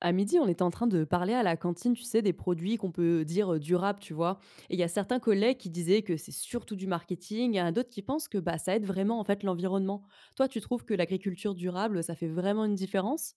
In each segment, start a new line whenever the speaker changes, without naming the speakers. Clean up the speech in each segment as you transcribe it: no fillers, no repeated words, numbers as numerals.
À midi, on était en train de parler à la cantine, tu sais, des produits qu'on peut dire durables, tu vois. Et il y a certains collègues qui disaient que c'est surtout du marketing, il y en a d'autres qui pensent que bah, ça aide vraiment en fait l'environnement. Toi, tu trouves que l'agriculture durable, ça fait vraiment une différence?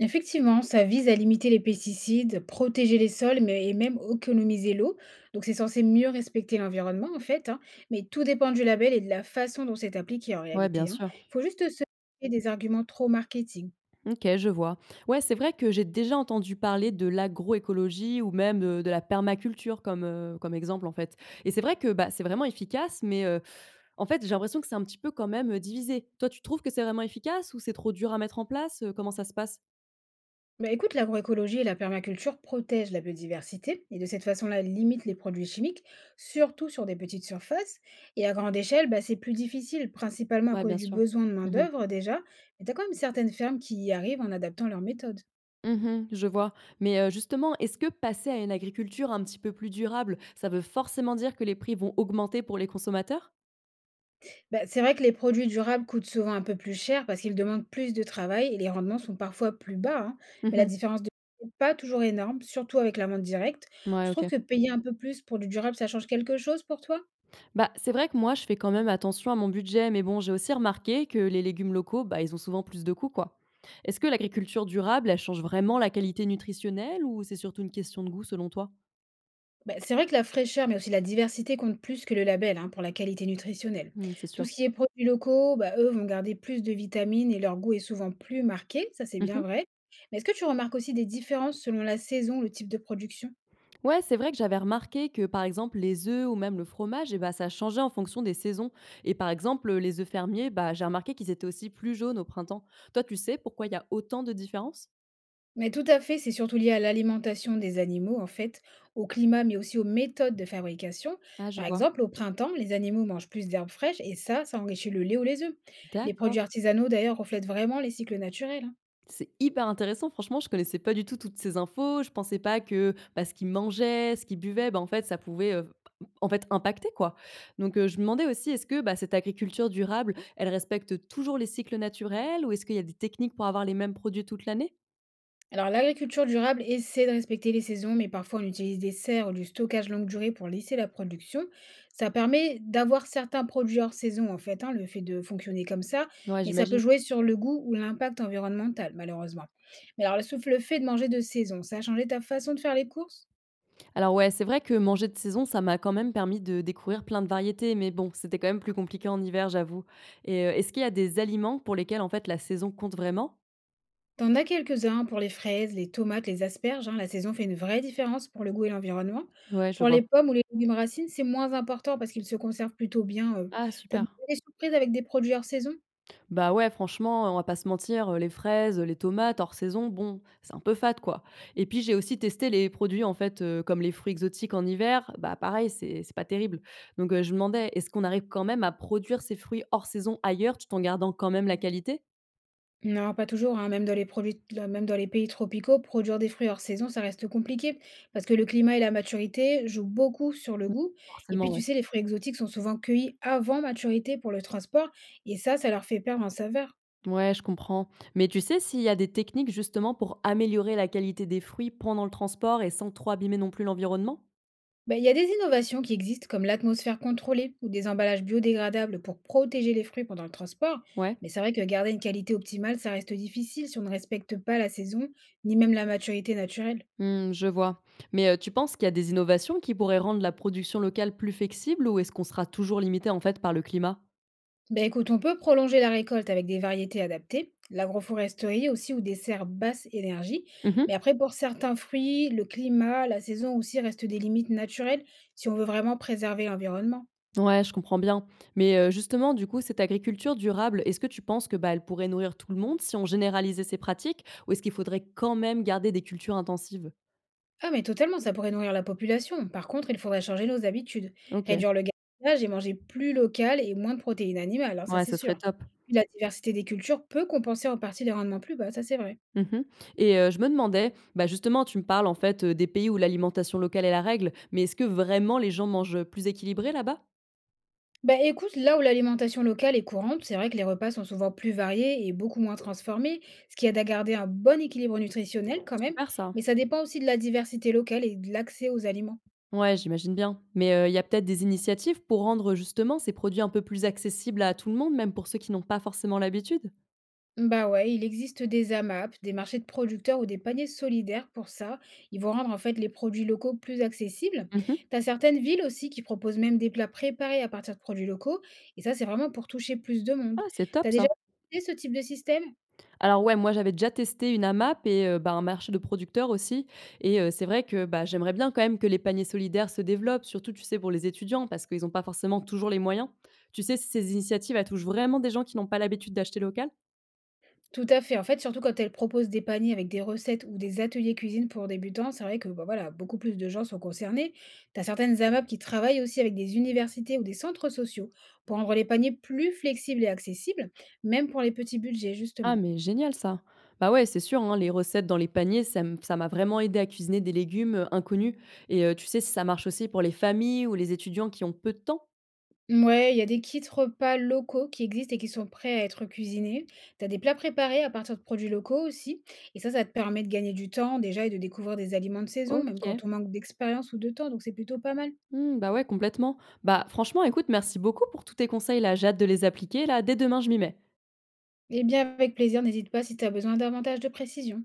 Effectivement, ça vise à limiter les pesticides, protéger les sols, mais et même économiser l'eau. Donc c'est censé mieux respecter l'environnement mais tout dépend du label et de la façon dont c'est appliqué en
Ouais, bien
réalité. Hein.
sûr.
Il faut juste se méfier des arguments trop marketing.
Ok, je vois. Ouais, c'est vrai que j'ai déjà entendu parler de l'agroécologie ou même de la permaculture comme, comme exemple en fait. Et c'est vrai que bah, c'est vraiment efficace, mais en fait j'ai l'impression que c'est un petit peu quand même divisé. Toi, tu trouves que c'est vraiment efficace ou c'est trop dur à mettre en place? Comment ça se passe?
Bah, écoute, l'agroécologie et la permaculture protègent la biodiversité et de cette façon-là limitent les produits chimiques, surtout sur des petites surfaces. Et à grande échelle, bah, c'est plus difficile, principalement à
Ouais,
cause
bien
du
sûr.
besoin de
Mmh mh.
main-d'œuvre déjà, mais tu as quand même certaines fermes qui y arrivent en adaptant leurs méthodes.
Mmh, je vois. Mais, justement, est-ce que passer à une agriculture un petit peu plus durable, ça veut forcément dire que les prix vont augmenter pour les consommateurs?
Bah, c'est vrai que les produits durables coûtent souvent un peu plus cher parce qu'ils demandent plus de travail et les rendements sont parfois plus bas, hein.
Mmh
Mais la
mh.
différence de n'est pas toujours énorme, surtout avec la vente directe.
Ouais,
Tu trouves
OK.
que payer un peu plus pour du durable, ça change quelque chose pour toi?
Bah, c'est vrai que moi, je fais quand même attention à mon budget, mais bon, j'ai aussi remarqué que les légumes locaux, bah, ils ont souvent plus de coûts, quoi. Est-ce que l'agriculture durable, elle change vraiment la qualité nutritionnelle ou c'est surtout une question de goût selon toi?
Bah, c'est vrai que la fraîcheur, mais aussi la diversité compte plus que le label, hein, pour la qualité nutritionnelle.
Mmh, c'est
Tout
sûr.
ce qui est produits locaux, bah, eux vont garder plus de vitamines et leur goût est souvent plus marqué, ça c'est
Mmh.
bien vrai. Mais est-ce que tu remarques aussi des différences selon la saison, le type de production?
Ouais, c'est vrai que j'avais remarqué que, par exemple, les œufs ou même le fromage, eh ben, ça changeait en fonction des saisons. Et par exemple, les œufs fermiers, bah, j'ai remarqué qu'ils étaient aussi plus jaunes au printemps. Toi, tu sais pourquoi il y a autant de différences?
Mais tout à fait, c'est surtout lié à l'alimentation des animaux, en fait, au climat, mais aussi aux méthodes de fabrication.
Ah, je
Par
vois.
exemple, au printemps, les animaux mangent plus d'herbes fraîches et ça enrichit le lait ou les œufs. Les
D'accord.
produits artisanaux, d'ailleurs, reflètent vraiment les cycles naturels. Hein.
C'est hyper intéressant. Franchement, je connaissais pas du tout toutes ces infos. Je pensais pas que bah, ce qu'ils mangeaient, ce qu'ils buvaient, bah, en fait, ça pouvait en fait impacter quoi. Donc, je me demandais aussi, est-ce que bah, cette agriculture durable, elle respecte toujours les cycles naturels ou est-ce qu'il y a des techniques pour avoir les mêmes produits toute l'année?
Alors, l'agriculture durable essaie de respecter les saisons, mais parfois on utilise des serres ou du stockage longue durée pour lisser la production. Ça permet d'avoir certains produits hors saison, en fait, hein, le fait de fonctionner comme ça,
Ouais,
mais ça
j'imagine.
peut jouer sur le goût ou l'impact environnemental, malheureusement. Mais alors, sauf le fait de manger de saison, ça a changé ta façon de faire les courses?
Alors ouais, c'est vrai que manger de saison, ça m'a quand même permis de découvrir plein de variétés, mais bon, c'était quand même plus compliqué en hiver, j'avoue. Et est-ce qu'il y a des aliments pour lesquels, en fait, la saison compte vraiment?
T'en as quelques-uns pour les fraises, les tomates, les asperges. Hein, la saison fait une vraie différence pour le goût et l'environnement.
Ouais, je
Pour
vois.
les pommes ou les légumes racines, c'est moins important parce qu'ils se conservent plutôt bien.
Ah
T'as
super.
des surprises avec des produits hors saison?
Bah ouais, franchement, on va pas se mentir, les fraises, les tomates hors saison, bon, c'est un peu fade, quoi. Et puis j'ai aussi testé les produits, en fait, comme les fruits exotiques en hiver, bah pareil, c'est pas terrible. Donc je me demandais, est-ce qu'on arrive quand même à produire ces fruits hors saison ailleurs, tout en gardant quand même la qualité?
Non, pas toujours, hein. Même dans les produits, là, même dans les pays tropicaux, produire des fruits hors saison, ça reste compliqué parce que le climat et la maturité jouent beaucoup sur le
Mmh.
goût. Et
Forcément,
puis,
ouais.
tu sais, les fruits exotiques sont souvent cueillis avant maturité pour le transport et ça leur fait perdre en saveur.
Ouais, je comprends. Mais tu sais s'il y a des techniques justement pour améliorer la qualité des fruits pendant le transport et sans trop abîmer non plus l'environnement?
Ben, il y a des innovations qui existent comme l'atmosphère contrôlée ou des emballages biodégradables pour protéger les fruits pendant le transport.
Ouais.
Mais c'est vrai que garder une qualité optimale, ça reste difficile si on ne respecte pas la saison ni même la maturité naturelle.
Hmm, je vois. Mais tu penses qu'il y a des innovations qui pourraient rendre la production locale plus flexible ou est-ce qu'on sera toujours limité en fait par le climat?
Ben écoute, on peut prolonger la récolte avec des variétés adaptées, l'agroforesterie aussi ou des serres basse énergie. Mais
Mhm.
après, pour certains fruits, le climat, la saison aussi restent des limites naturelles si on veut vraiment préserver l'environnement.
Ouais, je comprends bien. Mais justement, du coup, cette agriculture durable, est-ce que tu penses que bah, elle pourrait nourrir tout le monde si on généralisait ces pratiques ou est-ce qu'il faudrait quand même garder des cultures intensives?
Ah mais totalement, ça pourrait nourrir la population. Par contre, il faudrait changer nos habitudes,
Ok,
réduire le gaspillage et manger plus local et moins de protéines animales, hein, ça
ouais,
c'est
ce serait
sûr.
top.
Puis la diversité des cultures peut compenser en partie les rendements plus bas, ça c'est vrai.
Mmh mh, et je me demandais, bah, justement, tu me parles, en fait, des pays où l'alimentation locale est la règle, mais est-ce que vraiment les gens mangent, plus équilibré là-bas?
Bah écoute, là où l'alimentation locale est courante, c'est vrai que les repas sont souvent plus variés et beaucoup moins transformés, ce qui aide à garder un bon équilibre nutritionnel quand même,
Super ça.
mais ça dépend aussi de la diversité locale et de l'accès aux aliments.
Ouais, j'imagine bien, mais il y a peut-être des initiatives pour rendre, justement, ces produits un peu plus accessibles à tout le monde, même pour ceux qui n'ont pas forcément l'habitude?
Bah ouais, il existe des AMAP, des marchés de producteurs ou des paniers solidaires pour ça. Ils vont rendre en fait les produits locaux plus accessibles.
Mmh mh.
T'as certaines villes aussi qui proposent même des plats préparés à partir de produits locaux, et ça c'est vraiment pour toucher plus de monde.
Ah, c'est top
T'as
ça.
déjà testé ce type de système?
Alors ouais, moi j'avais déjà testé une AMAP et bah, un marché de producteurs aussi, et c'est vrai que, bah, j'aimerais bien quand même que les paniers solidaires se développent, surtout, tu sais, pour les étudiants parce qu'ils n'ont pas forcément toujours les moyens. Tu sais si ces initiatives, elles touchent vraiment des gens qui n'ont pas l'habitude d'acheter local?
Tout à fait. En fait, surtout quand elle propose des paniers avec des recettes ou des ateliers cuisine pour débutants, c'est vrai que bah, voilà, beaucoup plus de gens sont concernés. Tu as certaines AMAP qui travaillent aussi avec des universités ou des centres sociaux pour rendre les paniers plus flexibles et accessibles, même pour les petits budgets,
Ah
justement.
mais génial ça. Bah ouais, c'est sûr, hein, les recettes dans les paniers, ça m'a vraiment aidé à cuisiner des légumes, inconnus, et tu sais si ça marche aussi pour les familles ou les étudiants qui ont peu de temps?
Ouais, il y a des kits repas locaux qui existent et qui sont prêts à être cuisinés. Tu as des plats préparés à partir de produits locaux aussi. Et ça te permet de gagner du temps déjà et de découvrir des aliments de saison, même
OK.
quand on manque d'expérience ou de temps. Donc, c'est plutôt pas mal.
Mmh, bah ouais, complètement. Bah franchement, écoute, merci beaucoup pour tous tes conseils là, j'ai hâte de les appliquer là, dès demain je m'y mets.
Eh bien, avec plaisir, n'hésite pas si tu as besoin davantage de précision.